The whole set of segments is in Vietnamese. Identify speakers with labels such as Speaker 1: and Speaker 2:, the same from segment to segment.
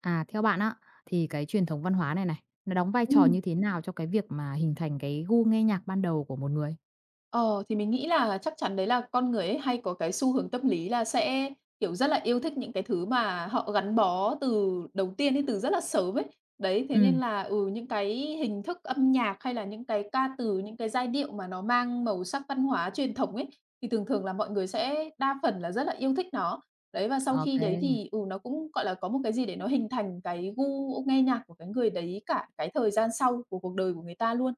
Speaker 1: À, theo bạn á, thì cái truyền thống văn hóa này này, nó đóng vai trò
Speaker 2: Ừm,
Speaker 1: như thế nào cho cái việc mà hình thành cái gu nghe nhạc ban đầu của một người?
Speaker 2: ờ, thì mình nghĩ là chắc chắn đấy là con người ấy hay có cái xu hướng tâm lý là sẽ, kiểu, rất là yêu thích những cái thứ mà họ gắn bó từ đầu tiên ấy, từ rất là sớm ấy. Đấy, thế nên
Speaker 1: Ừm,
Speaker 2: là, những cái hình thức âm nhạc hay là những cái ca từ, những cái giai điệu mà nó mang màu sắc văn hóa truyền thống ấy, thì thường thường là mọi người sẽ đa phần là rất là yêu thích nó. Đấy, và sau khi đấy
Speaker 1: OK.
Speaker 2: thì, nó cũng, gọi là, có một cái gì để nó hình thành cái gu nghe nhạc của cái người đấy cả cái thời gian sau của cuộc đời của người ta luôn.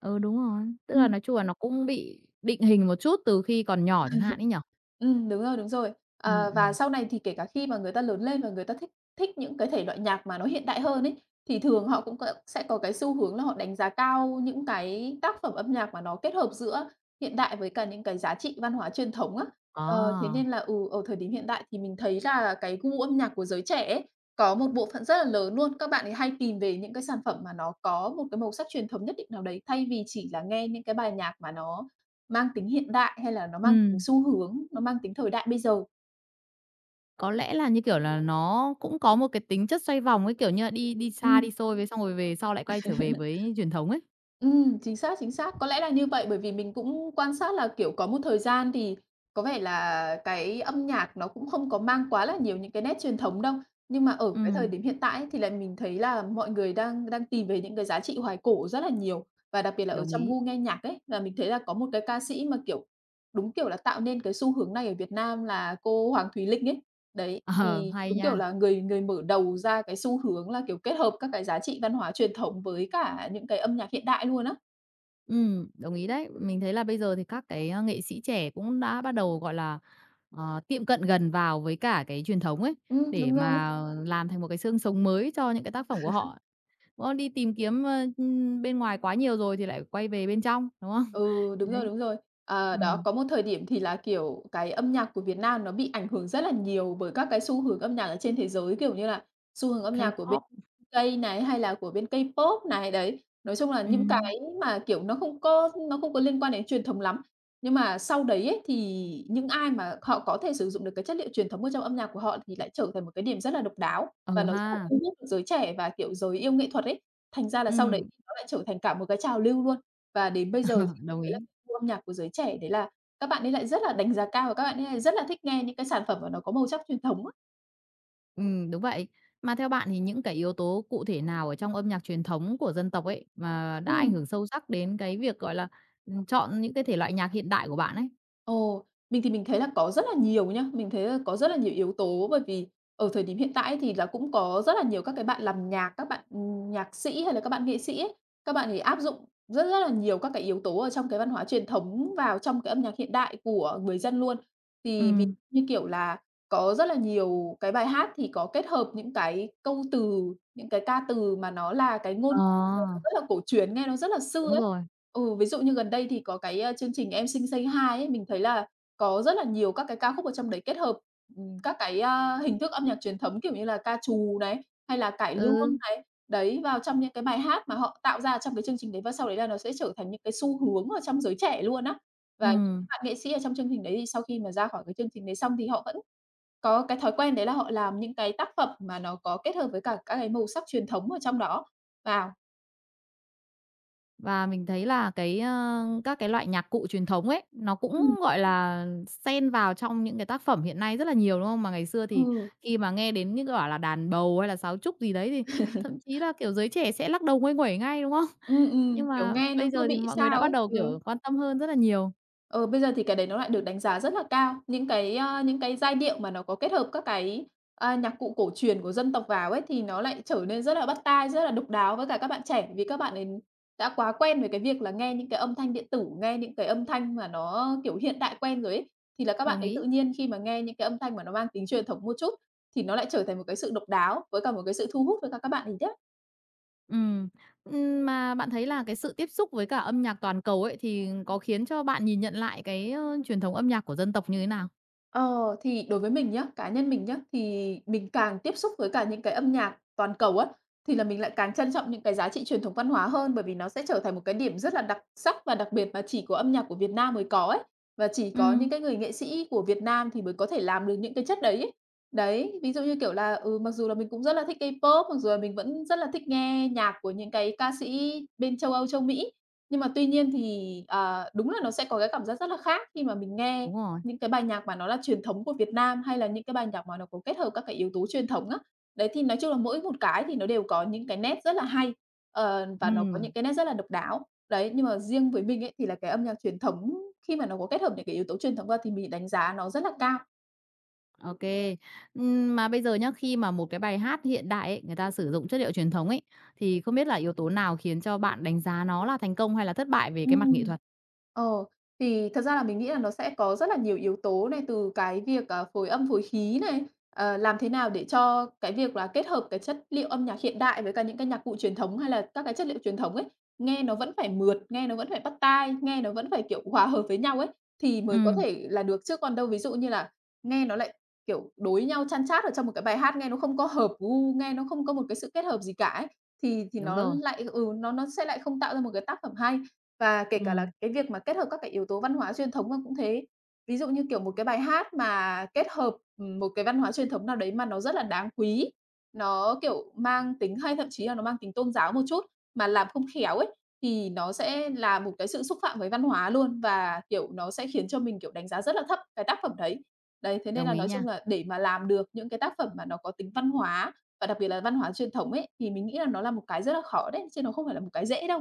Speaker 1: Ừ, đúng rồi. Tức là
Speaker 2: Ừm.
Speaker 1: nói chung là nó cũng bị định hình một chút từ khi còn nhỏ chẳng hạn ấy nhỉ?
Speaker 2: Đúng rồi, đúng rồi.
Speaker 1: Ừm,
Speaker 2: Và
Speaker 1: ừm.
Speaker 2: sau này thì kể cả khi mà người ta lớn lên và người ta thích thích những cái thể loại nhạc mà nó hiện đại hơn ấy, thì thường họ cũng có sẽ có cái xu hướng là họ đánh giá cao những cái tác phẩm âm nhạc mà nó kết hợp giữa hiện đại với cả những cái giá trị văn hóa truyền thống á. Thế
Speaker 1: À,
Speaker 2: nên là, ở thời điểm hiện đại thì mình thấy là cái gu âm nhạc của giới trẻ ấy, có một bộ phận rất là lớn luôn, các bạn ấy hay tìm về những cái sản phẩm mà nó có một cái màu sắc truyền thống nhất định nào đấy, thay vì chỉ là nghe những cái bài nhạc mà nó mang tính hiện đại hay là nó mang tính
Speaker 1: ừm,
Speaker 2: xu hướng, nó mang tính thời đại bây giờ.
Speaker 1: có lẽ là, như kiểu là, nó cũng có một cái tính chất xoay vòng ấy, kiểu như là, đi đi xa
Speaker 2: Ừm,
Speaker 1: đi xôi với xong rồi về sau lại quay trở về với truyền thống ấy.
Speaker 2: chính xác, chính xác. Có lẽ là như vậy bởi vì mình cũng quan sát là, kiểu, có một thời gian thì có vẻ là cái âm nhạc nó cũng không có mang quá là nhiều những cái nét truyền thống đâu. Nhưng mà ở cái thời
Speaker 1: Ừm,
Speaker 2: điểm hiện tại ấy, thì lại mình thấy là mọi người đang đang tìm về những cái giá trị hoài cổ rất là nhiều, và đặc biệt là ở
Speaker 1: đồng
Speaker 2: trong
Speaker 1: ý.
Speaker 2: gu nghe nhạc ấy, là mình thấy là có một cái ca sĩ mà, kiểu, đúng kiểu là tạo nên cái xu hướng này ở Việt Nam là cô Hoàng Thùy Linh ấy. Đấy,
Speaker 1: Ờ,
Speaker 2: thì
Speaker 1: hay
Speaker 2: đúng kiểu
Speaker 1: nha.
Speaker 2: là người người mở đầu ra cái xu hướng là, kiểu, kết hợp các cái giá trị văn hóa truyền thống với cả những cái âm nhạc hiện đại luôn á.
Speaker 1: Đồng ý đấy. Mình thấy là bây giờ thì các cái, nghệ sĩ trẻ cũng đã bắt đầu, gọi là, tiệm cận gần vào với cả cái truyền thống ấy, để
Speaker 2: Đúng rồi.
Speaker 1: mà làm thành một cái xương sống mới cho những cái tác phẩm của họ. Đúng không? Đi tìm kiếm, bên ngoài quá nhiều rồi thì lại quay về bên trong, đúng không?
Speaker 2: Ừ, đúng rồi,
Speaker 1: Đấy.
Speaker 2: đúng rồi. À, đó,
Speaker 1: Ừm.
Speaker 2: có một thời điểm thì là, kiểu, cái âm nhạc của Việt Nam nó bị ảnh hưởng rất là nhiều bởi các cái xu hướng âm nhạc ở trên thế giới, kiểu như là, xu hướng âm nhạc của bên
Speaker 1: K-pop.
Speaker 2: K này, hay là của bên K-pop này, đấy. Nói chung là những
Speaker 1: Ừm.
Speaker 2: cái mà, kiểu, nó không có liên quan đến truyền thống lắm. Nhưng mà sau đấy ấy, thì những ai mà họ có thể sử dụng được cái chất liệu truyền thống ở trong âm nhạc của họ thì lại trở thành một cái điểm rất là độc đáo
Speaker 1: Ờ
Speaker 2: và nó rất là
Speaker 1: ha.
Speaker 2: thu hút được giới trẻ và, kiểu, giới yêu nghệ thuật ấy. Thành ra là sau đấy
Speaker 1: Ừm.
Speaker 2: thì nó lại trở thành cả một cái trào lưu luôn. Và đến bây giờ.
Speaker 1: Đồng
Speaker 2: Đấy là
Speaker 1: ý.
Speaker 2: gu âm nhạc của giới trẻ, đấy là các bạn ấy lại rất là đánh giá cao và các bạn ấy lại rất là thích nghe những cái sản phẩm mà nó có màu sắc truyền thống á.
Speaker 1: Đúng vậy. Mà theo bạn thì những cái yếu tố cụ thể nào ở trong âm nhạc truyền thống của dân tộc ấy mà đã ảnh
Speaker 2: Ừm.
Speaker 1: hưởng sâu sắc đến cái việc, gọi là, chọn những cái thể loại nhạc hiện đại của bạn ấy?
Speaker 2: Ồ, mình thì mình thấy là có rất là nhiều nhá, mình thấy là có rất là nhiều yếu tố bởi vì ở thời điểm hiện tại ấy thì là cũng có rất là nhiều các cái bạn làm nhạc, các bạn, nhạc sĩ hay là các bạn nghệ sĩ ấy, các bạn ấy áp dụng rất rất là nhiều các cái yếu tố ở trong cái văn hóa truyền thống vào trong cái âm nhạc hiện đại của người dân luôn. Thì ví
Speaker 1: Ừm.
Speaker 2: như kiểu là có rất là nhiều cái bài hát thì có kết hợp những cái câu từ, những cái ca từ mà nó là cái ngôn
Speaker 1: Ờ,
Speaker 2: rất là cổ truyền, nghe nó rất là xưa
Speaker 1: đúng
Speaker 2: ấy.
Speaker 1: rồi.
Speaker 2: Ừ, ví dụ như gần đây thì có cái, chương trình "Em Xinh Say Hi" ấy, mình thấy là có rất là nhiều các cái ca khúc ở trong đấy kết hợp, các cái, hình thức âm nhạc truyền thống, kiểu như là, ca trù này, hay là cải lương
Speaker 1: Ừ,
Speaker 2: này, đấy, vào trong những cái bài hát mà họ tạo ra trong cái chương trình đấy và sau đấy là nó sẽ trở thành những cái xu hướng ở trong giới trẻ luôn á. Và những cái
Speaker 1: ừm.
Speaker 2: bạn nghệ sĩ ở trong chương trình đấy thì sau khi mà ra khỏi cái chương trình đấy xong thì họ vẫn có cái thói quen đấy là họ làm những cái tác phẩm mà nó có kết hợp với cả các cái màu sắc truyền thống ở trong đó vào.
Speaker 1: Và mình thấy là cái, các cái loại nhạc cụ truyền thống ấy, nó cũng,
Speaker 2: Ừm.
Speaker 1: gọi là, xen vào trong những cái tác phẩm hiện nay rất là nhiều, đúng không? Mà ngày xưa thì
Speaker 2: Ừ.
Speaker 1: khi mà nghe đến như kiểu bảo là đàn bầu hay là sáo trúc gì đấy thì thậm chí là, kiểu, giới trẻ sẽ lắc đầu nguây nguẩy ngay, đúng không? Nhưng
Speaker 2: Kiểu,
Speaker 1: mà
Speaker 2: nghe nó
Speaker 1: bây
Speaker 2: cứ
Speaker 1: giờ thì
Speaker 2: bị
Speaker 1: mọi người đã
Speaker 2: sao
Speaker 1: bắt
Speaker 2: ấy.
Speaker 1: đầu,
Speaker 2: Ừ.
Speaker 1: kiểu, quan tâm hơn rất là nhiều.
Speaker 2: Ừ, bây giờ thì cái đấy nó lại được đánh giá rất là cao. Những cái giai điệu mà nó có kết hợp các cái, nhạc cụ cổ truyền của dân tộc vào ấy, thì nó lại trở nên rất là bắt tai, rất là độc đáo với cả các bạn trẻ, vì các bạn ấy đã quá quen với cái việc là nghe những cái âm thanh điện tử, nghe những cái âm thanh mà nó, kiểu, hiện đại quen rồi ấy. Thì là các bạn
Speaker 1: Đồng
Speaker 2: ấy tự
Speaker 1: ý.
Speaker 2: nhiên khi mà nghe những cái âm thanh mà nó mang tính truyền thống một chút, thì nó lại trở thành một cái sự độc đáo với cả một cái sự thu hút với cả các bạn ấy đấy.
Speaker 1: Ừ. Mà bạn thấy là cái sự tiếp xúc với cả âm nhạc toàn cầu ấy thì có khiến cho bạn nhìn nhận lại cái, truyền thống âm nhạc của dân tộc như thế nào?
Speaker 2: Ờ, thì đối với mình nhá, cá nhân mình nhá, thì mình càng tiếp xúc với cả những cái âm nhạc toàn cầu á, thì là mình lại càng trân trọng những cái giá trị truyền thống văn hóa hơn, bởi vì nó sẽ trở thành một cái điểm rất là đặc sắc và đặc biệt mà chỉ có âm nhạc của Việt Nam mới có ấy, và chỉ
Speaker 1: Ừ,
Speaker 2: có những cái người nghệ sĩ của Việt Nam thì mới có thể làm được những cái chất đấy ấy. Đấy, ví dụ như, kiểu là, mặc dù là mình cũng rất là thích K-pop, mặc dù là mình vẫn rất là thích nghe nhạc của những cái ca sĩ bên châu Âu, châu Mỹ, nhưng mà tuy nhiên thì, à, đúng là nó sẽ có cái cảm giác rất là khác khi mà mình nghe
Speaker 1: đúng rồi.
Speaker 2: những cái bài nhạc mà nó là truyền thống của Việt Nam hay là những cái bài nhạc mà nó có kết hợp các cái yếu tố truyền thống á. Đấy, thì nói chung là mỗi một cái thì nó đều có những cái nét rất là hay, và nó có
Speaker 1: Ừ.
Speaker 2: những cái nét rất là độc đáo. Đấy, nhưng mà riêng với mình ấy, thì là cái âm nhạc truyền thống khi mà nó có kết hợp những cái yếu tố truyền thống vào thì mình đánh giá nó rất là cao.
Speaker 1: OK. Mà bây giờ nhá, khi mà một cái bài hát hiện đại ấy, người ta sử dụng chất liệu truyền thống ấy, thì không biết là yếu tố nào khiến cho bạn đánh giá nó là thành công hay là thất bại về cái mặt nghệ
Speaker 2: Ừm.
Speaker 1: thuật?
Speaker 2: Ờ, thì thật ra là mình nghĩ là nó sẽ có rất là nhiều yếu tố này, từ cái việc, à, phối âm phối khí này, làm thế nào để cho cái việc là kết hợp cái chất liệu âm nhạc hiện đại với cả những cái nhạc cụ truyền thống hay là các cái chất liệu truyền thống ấy, nghe nó vẫn phải mượt, nghe nó vẫn phải bắt tai, nghe nó vẫn phải, kiểu, hòa hợp với nhau ấy, thì mới có
Speaker 1: Ừm,
Speaker 2: thể là được. Chứ còn đâu ví dụ như là nghe nó lại, kiểu, đối nhau chan chát ở trong một cái bài hát, nghe nó không có hợp gu, nghe nó không có một cái sự kết hợp gì cả ấy, thì
Speaker 1: đúng
Speaker 2: nó
Speaker 1: rồi.
Speaker 2: lại nó sẽ lại không tạo ra một cái tác phẩm hay. Và kể cả là
Speaker 1: Ừm,
Speaker 2: cái việc mà kết hợp các cái yếu tố văn hóa truyền thống, cũng thế. Ví dụ như, kiểu, một cái bài hát mà kết hợp, một cái văn hóa truyền thống nào đấy mà nó rất là đáng quý, nó, kiểu, mang tính hay thậm chí là nó mang tính tôn giáo một chút, mà làm không khéo ấy, thì nó sẽ là một cái sự xúc phạm với văn hóa luôn và, kiểu, nó sẽ khiến cho mình, kiểu, đánh giá rất là thấp cái tác phẩm đấy. Đấy, thế nên
Speaker 1: đồng
Speaker 2: là
Speaker 1: ý
Speaker 2: nói chung
Speaker 1: nha.
Speaker 2: là để mà làm được những cái tác phẩm mà nó có tính văn hóa và đặc biệt là văn hóa truyền thống ấy, thì mình nghĩ là nó là một cái rất là khó đấy, chứ nó không phải là một cái dễ đâu.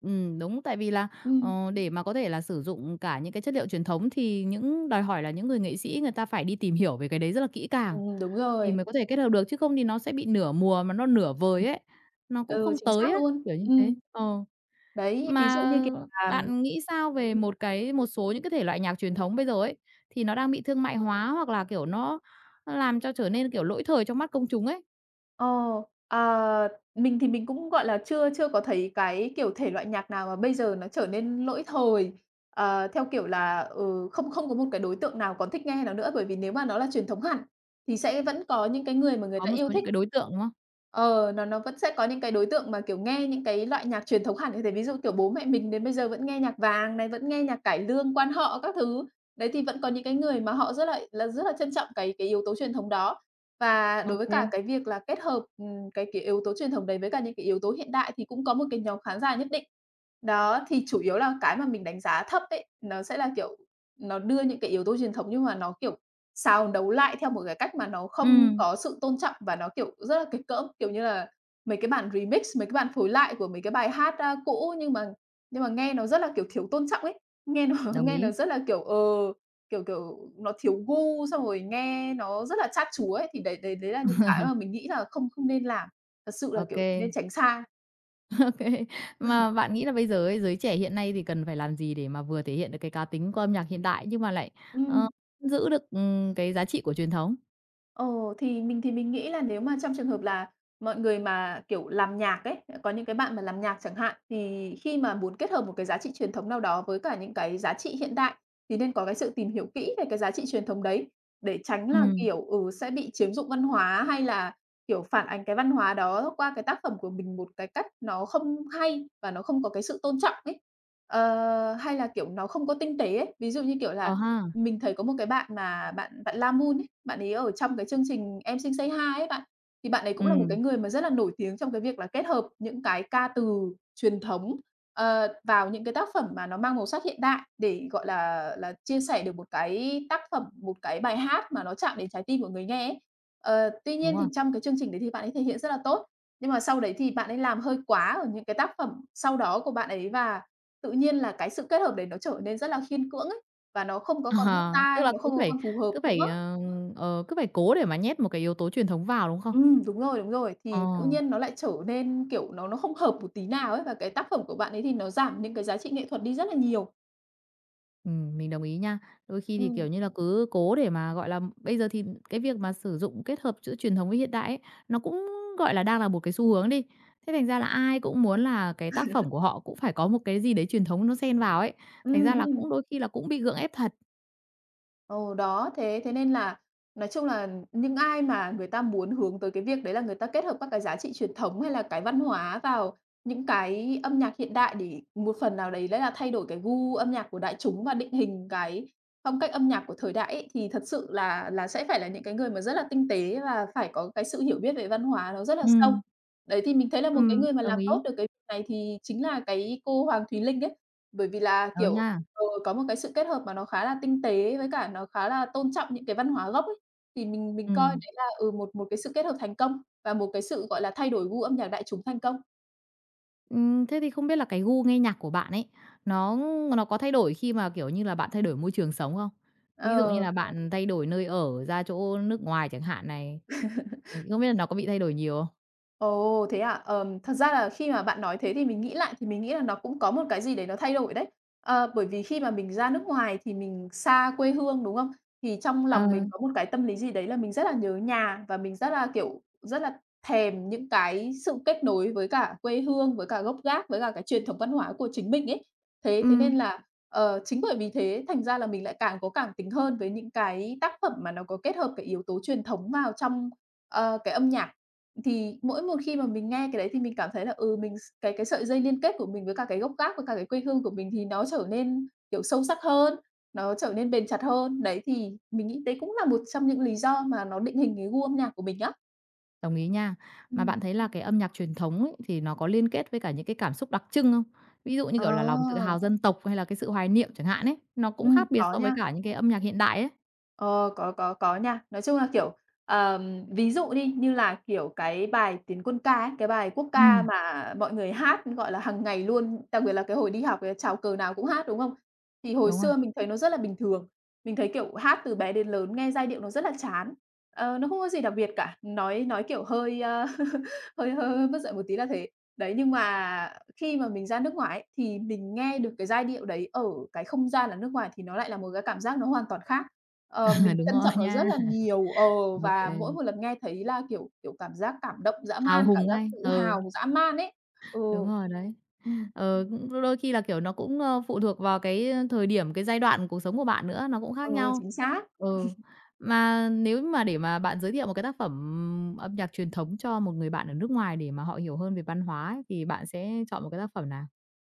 Speaker 1: Đúng, tại vì là,
Speaker 2: Ừm.
Speaker 1: để mà có thể là sử dụng cả những cái chất liệu truyền thống thì những đòi hỏi là những người nghệ sĩ người ta phải đi tìm hiểu về cái đấy rất là kỹ càng
Speaker 2: Đúng
Speaker 1: thì
Speaker 2: rồi.
Speaker 1: mới có thể kết hợp được, chứ không thì nó sẽ bị nửa mùa mà nó nửa vời ấy, nó cũng
Speaker 2: Ừ,
Speaker 1: không
Speaker 2: chính
Speaker 1: tới
Speaker 2: xác
Speaker 1: ấy,
Speaker 2: luôn.
Speaker 1: kiểu như thế. Ờ.
Speaker 2: Đấy, ví dụ
Speaker 1: Mà
Speaker 2: như, kiểu
Speaker 1: ờ,
Speaker 2: là.
Speaker 1: bạn nghĩ sao về một cái một số những cái thể loại nhạc truyền thống bây giờ ấy, thì nó đang bị thương mại hóa hoặc là, kiểu, nó làm cho trở nên, kiểu, lỗi thời trong mắt công chúng ấy?
Speaker 2: Ờ, à, mình thì mình cũng, gọi là, chưa chưa có thấy cái, kiểu, thể loại nhạc nào mà bây giờ nó trở nên lỗi thời, ờ, theo kiểu là, ừ, không không có một cái đối tượng nào còn thích nghe nó nữa, bởi vì nếu mà nó là truyền thống hẳn thì sẽ vẫn có những cái người mà người
Speaker 1: Có
Speaker 2: ta
Speaker 1: một
Speaker 2: yêu
Speaker 1: số những
Speaker 2: thích.
Speaker 1: cái đối tượng, đúng không?
Speaker 2: Ờ, nó vẫn sẽ có những cái đối tượng mà, kiểu, nghe những cái loại nhạc truyền thống hẳn như thế, ví dụ, kiểu, bố mẹ mình đến bây giờ vẫn nghe nhạc Vàng này, vẫn nghe nhạc cải lương, quan họ các thứ. Đấy, thì vẫn có những cái người mà họ rất là rất là trân trọng cái yếu tố truyền thống đó. Và
Speaker 1: Ô
Speaker 2: đối với
Speaker 1: kê.
Speaker 2: cả cái việc là kết hợp, cái yếu tố truyền thống đấy với cả những cái yếu tố hiện đại thì cũng có một cái nhóm khán giả nhất định. Đó, thì chủ yếu là cái mà mình đánh giá thấp ấy, nó sẽ là, kiểu, nó đưa những cái yếu tố truyền thống nhưng mà nó, kiểu, xào nấu lại theo một cái cách mà nó không
Speaker 1: Ừm,
Speaker 2: có sự tôn trọng và nó, kiểu, rất là kịch cỡm. Kiểu như là, mấy cái bản remix, mấy cái bản phối lại của mấy cái bài hát, a, cũ nhưng mà nghe nó rất là, kiểu, thiếu tôn trọng ấy, nghe nó
Speaker 1: đồng
Speaker 2: nghe nó
Speaker 1: ý.
Speaker 2: rất là, kiểu, ờ. Kiểu, nó thiếu gu, xong rồi nghe nó rất là chát chúa ấy, thì đấy đấy đấy là những cái mà mình nghĩ là không không nên làm. Thật sự là,
Speaker 1: Ô
Speaker 2: kiểu,
Speaker 1: kê,
Speaker 2: nên tránh xa.
Speaker 1: ô kê.
Speaker 2: Ừm.
Speaker 1: Mà bạn nghĩ là bây giờ ấy, giới trẻ hiện nay thì cần phải làm gì để mà vừa thể hiện được cái cá tính của âm nhạc hiện đại nhưng mà lại, ờ, giữ được, cái giá trị của truyền thống?
Speaker 2: Ồ, thì mình nghĩ là nếu mà trong trường hợp là mọi người mà, kiểu, làm nhạc ấy, có những cái bạn mà làm nhạc chẳng hạn, thì khi mà muốn kết hợp một cái giá trị truyền thống nào đó với cả những cái giá trị hiện đại thì nên có cái sự tìm hiểu kỹ về cái giá trị truyền thống đấy, để tránh là,
Speaker 1: Ừm.
Speaker 2: kiểu, ừ, sẽ bị chiếm dụng văn hóa hay là, kiểu, phản ánh cái văn hóa đó qua cái tác phẩm của mình một cái cách nó không hay và nó không có cái sự tôn trọng ấy. Ờ, hay là, kiểu, nó không có tinh tế ấy. Ví dụ như, kiểu là,
Speaker 1: Ờ ha.
Speaker 2: mình thấy có một cái bạn mà bạn bạn La Moon ấy, bạn ấy ở trong cái chương trình Em Xinh Say Hi ấy bạn, thì bạn ấy cũng là một cái
Speaker 1: Ừm,
Speaker 2: người mà rất là nổi tiếng trong cái việc là kết hợp những cái ca từ truyền thống, ờ, vào những cái tác phẩm mà nó mang màu sắc hiện đại để, gọi là, chia sẻ được một cái tác phẩm, một cái bài hát mà nó chạm đến trái tim của người nghe ấy. Ờ, tuy
Speaker 1: đúng
Speaker 2: nhiên
Speaker 1: rồi.
Speaker 2: thì trong cái chương trình đấy thì bạn ấy thể hiện rất là tốt, nhưng mà sau đấy thì bạn ấy làm hơi quá ở những cái tác phẩm sau đó của bạn ấy và tự nhiên là cái sự kết hợp đấy nó trở nên rất là khiên cưỡng ấy. Và nó không có còn bắt
Speaker 1: Ờ,
Speaker 2: tai,
Speaker 1: tức là
Speaker 2: nó không có còn phù hợp
Speaker 1: cứ
Speaker 2: nữa.
Speaker 1: phải, ờ, cứ phải cố để mà nhét một cái yếu tố truyền thống vào, đúng không?
Speaker 2: Đúng rồi.
Speaker 1: Ờ,
Speaker 2: Thì tự nhiên nó lại trở nên, kiểu, nó không hợp một tí nào ấy, và cái tác phẩm của bạn ấy thì nó giảm những cái giá trị nghệ thuật đi rất là nhiều.
Speaker 1: mình đồng ý nha. Đôi khi thì, kiểu
Speaker 2: Ừm.
Speaker 1: như là, cứ cố để mà, gọi là bây giờ thì cái việc mà sử dụng kết hợp giữa truyền thống với hiện đại ấy, nó cũng, gọi là, đang là một cái xu hướng đi. Thế thành ra là ai cũng muốn là cái tác phẩm của họ cũng phải có một cái gì đấy truyền thống nó xen vào ấy, thành
Speaker 2: Ừm,
Speaker 1: ra là
Speaker 2: ừm.
Speaker 1: cũng đôi khi là cũng bị gượng ép thật.
Speaker 2: Ừ, đó, thế thế nên là nói chung là những ai mà người ta muốn hướng tới cái việc đấy là người ta kết hợp các cái giá trị truyền thống hay là cái văn hóa vào những cái âm nhạc hiện đại để một phần nào đấy là thay đổi cái gu âm nhạc của đại chúng và định hình cái phong cách âm nhạc của thời đại ấy, thì thật sự là sẽ phải là những cái người mà rất là tinh tế và phải có cái sự hiểu biết về văn hóa nó rất là sâu.
Speaker 1: Ừm,
Speaker 2: Đấy, thì mình thấy là một cái người mà
Speaker 1: đồng
Speaker 2: làm tốt
Speaker 1: ý.
Speaker 2: được cái việc này thì chính là cái cô Hoàng Thùy Linh ấy, bởi vì là,
Speaker 1: Ừ
Speaker 2: kiểu.
Speaker 1: ha.
Speaker 2: Ừ, có một cái sự kết hợp mà nó khá là tinh tế với cả nó khá là tôn trọng những cái văn hóa gốc ấy, thì mình coi
Speaker 1: Ừm.
Speaker 2: đấy là, ừ, một một cái sự kết hợp thành công và một cái sự, gọi là, thay đổi gu âm nhạc đại chúng thành công.
Speaker 1: Thế thì không biết là cái gu nghe nhạc của bạn ấy, nó nó có thay đổi khi mà, kiểu như là, bạn thay đổi môi trường sống không? Ví dụ như
Speaker 2: Ờ.
Speaker 1: là bạn thay đổi nơi ở ra chỗ nước ngoài chẳng hạn này, không biết là nó có bị thay đổi nhiều không?
Speaker 2: Ồ, thế à? Thật ra là khi mà bạn nói thế thì mình nghĩ là nó cũng có một cái gì đấy nó thay đổi đấy. Ờ, bởi vì khi mà mình ra nước ngoài thì mình xa quê hương, đúng không? Thì trong
Speaker 1: Ờ,
Speaker 2: lòng mình có một cái tâm lý gì đấy là mình rất là nhớ nhà và mình rất là, kiểu, rất là thèm những cái sự kết nối với cả quê hương, với cả gốc gác, với cả cái truyền thống văn hóa của chính mình ấy. Thế thế nên
Speaker 1: ừm.
Speaker 2: là, ờ, chính bởi vì thế thành ra là mình lại càng có cảm tính hơn với những cái tác phẩm mà nó có kết hợp cái yếu tố truyền thống vào trong, ờ, cái âm nhạc. Thì mỗi một khi mà mình nghe cái đấy thì mình cảm thấy là, ừ, mình s cái sợi dây liên kết của mình với cả cái gốc gác, với cả cái quê hương của mình thì nó trở nên, kiểu, sâu sắc hơn, nó trở nên bền chặt hơn. Đấy, thì mình nghĩ đấy cũng là một trong những lý do mà nó định hình cái gu âm nhạc của mình á.
Speaker 1: Đồng ý nha.
Speaker 2: Ừ.
Speaker 1: Mà bạn thấy là cái âm nhạc truyền thống ấy, thì nó có liên kết với cả những cái cảm xúc đặc trưng không? Ví dụ như,
Speaker 2: Ờ,
Speaker 1: kiểu là, lòng tự hào dân tộc hay là cái sự hoài niệm chẳng hạn ấy, nó cũng khác biệt
Speaker 2: có
Speaker 1: so với
Speaker 2: nha.
Speaker 1: cả những cái âm nhạc hiện đại ấy.
Speaker 2: Ờ, có nha. Nói chung là, kiểu, ví dụ đi, như là, kiểu, cái bài Tiến Quân Ca ấy, cái bài quốc ca
Speaker 1: Ừm,
Speaker 2: mà mọi người hát, gọi là, hàng ngày luôn, đặc biệt là cái hồi đi học cái chào cờ nào cũng hát, đúng không? Thì hồi
Speaker 1: đúng rồi.
Speaker 2: xưa mình thấy nó rất là bình thường, mình thấy, kiểu, hát từ bé đến lớn nghe giai điệu nó rất là chán, ờ, nó không có gì đặc biệt cả, nói, kiểu, hơi, ơ, hơi hơi hơi mất dạy một tí là thế. Đấy, nhưng mà khi mà mình ra nước ngoài ấy, thì mình nghe được cái giai điệu đấy ở cái không gian là nước ngoài thì nó lại là một cái cảm giác nó hoàn toàn khác. Ờ, mình
Speaker 1: Đúng
Speaker 2: trân
Speaker 1: rồi
Speaker 2: trọng nó
Speaker 1: nha.
Speaker 2: rất là nhiều, ờ, và mỗi
Speaker 1: Ô,
Speaker 2: một lần nghe thấy là, kiểu, cảm giác cảm động dã
Speaker 1: hào
Speaker 2: man, cảm
Speaker 1: hùng
Speaker 2: giác
Speaker 1: ngay,
Speaker 2: tự
Speaker 1: ừ,
Speaker 2: hào dã man ấy. Ừ.
Speaker 1: đúng rồi đấy.
Speaker 2: Ừm,
Speaker 1: Ờ, cũng đôi khi là, kiểu, nó cũng, phụ thuộc vào cái thời điểm, cái giai đoạn cuộc sống của bạn nữa, nó cũng khác
Speaker 2: ừ,
Speaker 1: nhau.
Speaker 2: chính xác.
Speaker 1: Ừ, mà nếu mà để mà bạn giới thiệu một cái tác phẩm âm nhạc truyền thống cho một người bạn ở nước ngoài để mà họ hiểu hơn về văn hóa ấy, thì bạn sẽ chọn một cái tác phẩm nào?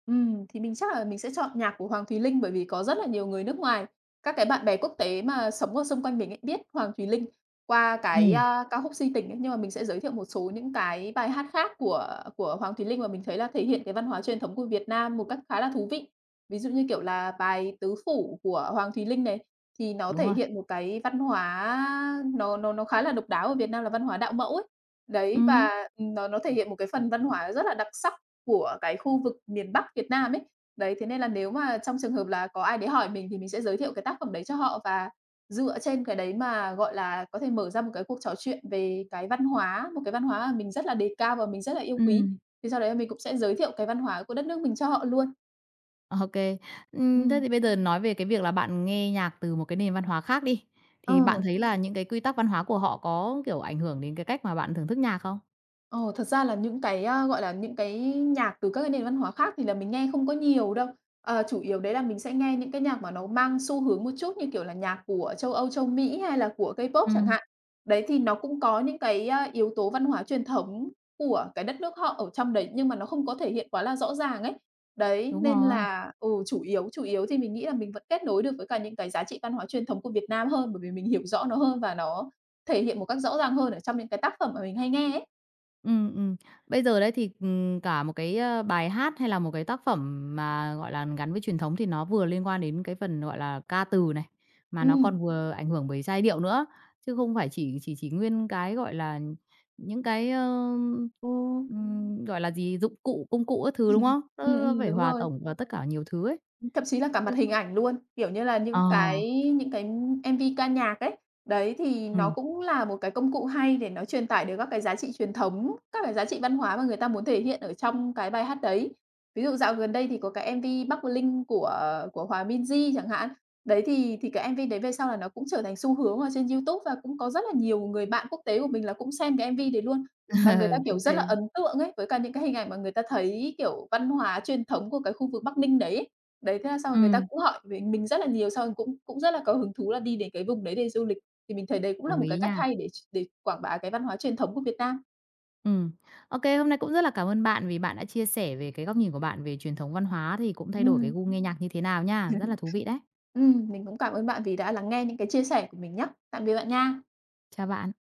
Speaker 2: Thì mình chắc là mình sẽ chọn nhạc của Hoàng Thùy Linh, bởi vì có rất là nhiều người nước ngoài, các cái bạn bè quốc tế mà sống ở xung quanh mình ấy, biết Hoàng Thùy Linh qua
Speaker 1: Ừ.
Speaker 2: cái, a, ca khúc "Si Tình" ấy. Nhưng mà mình sẽ giới thiệu một số những cái bài hát khác của Hoàng Thùy Linh mà mình thấy là thể hiện cái văn hóa truyền thống của Việt Nam một cách khá là thú vị. Ví dụ như, kiểu là, bài "Tứ Phủ" của Hoàng Thùy Linh này, thì nó
Speaker 1: Đúng
Speaker 2: thể
Speaker 1: rồi.
Speaker 2: hiện một cái văn hóa nó khá là độc đáo ở Việt Nam là văn hóa đạo mẫu ấy. Đấy,
Speaker 1: Ừ.
Speaker 2: và, nó thể hiện một cái phần văn hóa rất là đặc sắc của cái khu vực miền Bắc Việt Nam ấy. Đấy, thế nên là nếu mà trong trường hợp là có ai đấy hỏi mình thì mình sẽ giới thiệu cái tác phẩm đấy cho họ và dựa trên cái đấy mà, gọi là, có thể mở ra một cái cuộc trò chuyện về cái văn hóa, một cái văn hóa mà mình rất là đề cao và mình rất là yêu
Speaker 1: Ừ.
Speaker 2: quý. Thì sau đấy là mình cũng sẽ giới thiệu cái văn hóa của đất nước mình cho họ luôn.
Speaker 1: Ok, kê. Thế
Speaker 2: Ừm,
Speaker 1: thì bây giờ nói về cái việc là bạn nghe nhạc từ một cái nền văn hóa khác đi, thì
Speaker 2: ờ.
Speaker 1: bạn thấy là những cái quy tắc văn hóa của họ có, kiểu, ảnh hưởng đến cái cách mà bạn thưởng thức nhạc không?
Speaker 2: Ờ, thật ra là những cái, a, gọi là, những cái nhạc từ các cái nền văn hóa khác thì là mình nghe không có nhiều đâu. Ờ, chủ yếu đấy là mình sẽ nghe những cái nhạc mà nó mang xu hướng một chút, như kiểu là, nhạc của châu Âu, châu Mỹ hay là của K-pop
Speaker 1: Ừ,
Speaker 2: chẳng hạn. Đấy, thì nó cũng có những cái, a, yếu tố văn hóa truyền thống của cái đất nước họ ở trong đấy, nhưng mà nó không có thể hiện quá là rõ ràng ấy. Đấy,
Speaker 1: đúng
Speaker 2: nên
Speaker 1: rồi.
Speaker 2: là ừ, chủ yếu thì mình nghĩ là mình vẫn kết nối được với cả những cái giá trị văn hóa truyền thống của Việt Nam hơn, bởi vì mình hiểu rõ nó hơn và nó thể hiện một cách rõ ràng hơn ở trong những cái tác phẩm mà mình hay nghe ấy.
Speaker 1: Ừm, ừm. Bây giờ đấy thì, cả một cái, bài hát hay là một cái tác phẩm mà, gọi là, gắn với truyền thống thì nó vừa liên quan đến cái phần, gọi là, ca từ này, mà nó
Speaker 2: Ừm.
Speaker 1: còn vừa ảnh hưởng bởi giai điệu nữa, chứ không phải chỉ nguyên cái, gọi là, những cái,
Speaker 2: Ồ.
Speaker 1: gọi là gì, dụng cụ, công cụ các thứ, đúng không? Nó nó phải
Speaker 2: Đúng
Speaker 1: hòa
Speaker 2: rồi.
Speaker 1: tổng vào tất cả nhiều thứ ấy.
Speaker 2: Thậm chí là cả
Speaker 1: Đúng.
Speaker 2: mặt hình ảnh luôn, kiểu như là, những
Speaker 1: Ờ,
Speaker 2: cái những cái MV ca nhạc ấy, đấy, thì nó
Speaker 1: ừm,
Speaker 2: cũng là một cái công cụ hay để nó truyền tải được các cái giá trị truyền thống, các cái giá trị văn hóa mà người ta muốn thể hiện ở trong cái bài hát đấy. Ví dụ dạo gần đây thì có cái MV Bắc Bling của Hòa Minzy chẳng hạn, đấy, thì cái MV đấy về sau là nó cũng trở thành xu hướng ở trên YouTube và cũng có rất là nhiều người bạn quốc tế của mình là cũng xem cái MV đấy luôn. Và người ta,
Speaker 1: ô
Speaker 2: kiểu, rất
Speaker 1: kê,
Speaker 2: là ấn tượng ấy, với cả những cái hình ảnh mà người ta thấy, kiểu, văn hóa truyền thống của cái khu vực Bắc Ninh đấy ấy. Đấy, thế là xong rồi người ta cũng hỏi về mình rất là nhiều, xong rồi cũng cũng rất là có hứng thú là đi đến cái vùng đấy để du lịch. Thì mình thấy đấy cũng là
Speaker 1: đồng
Speaker 2: một cái
Speaker 1: ý
Speaker 2: cách
Speaker 1: nha.
Speaker 2: hay để để quảng bá cái văn hóa truyền thống của Việt Nam.
Speaker 1: Ừ, OK, hôm nay cũng rất là cảm ơn bạn vì bạn đã chia sẻ về cái góc nhìn của bạn về truyền thống văn hóa thì cũng thay đổi cái
Speaker 2: Ừm.
Speaker 1: gu nghe nhạc như thế nào nha. Rất là thú vị đấy.
Speaker 2: Mình cũng cảm ơn bạn vì đã lắng nghe những cái chia sẻ của mình nhá. Tạm biệt bạn nha.
Speaker 1: Chào bạn.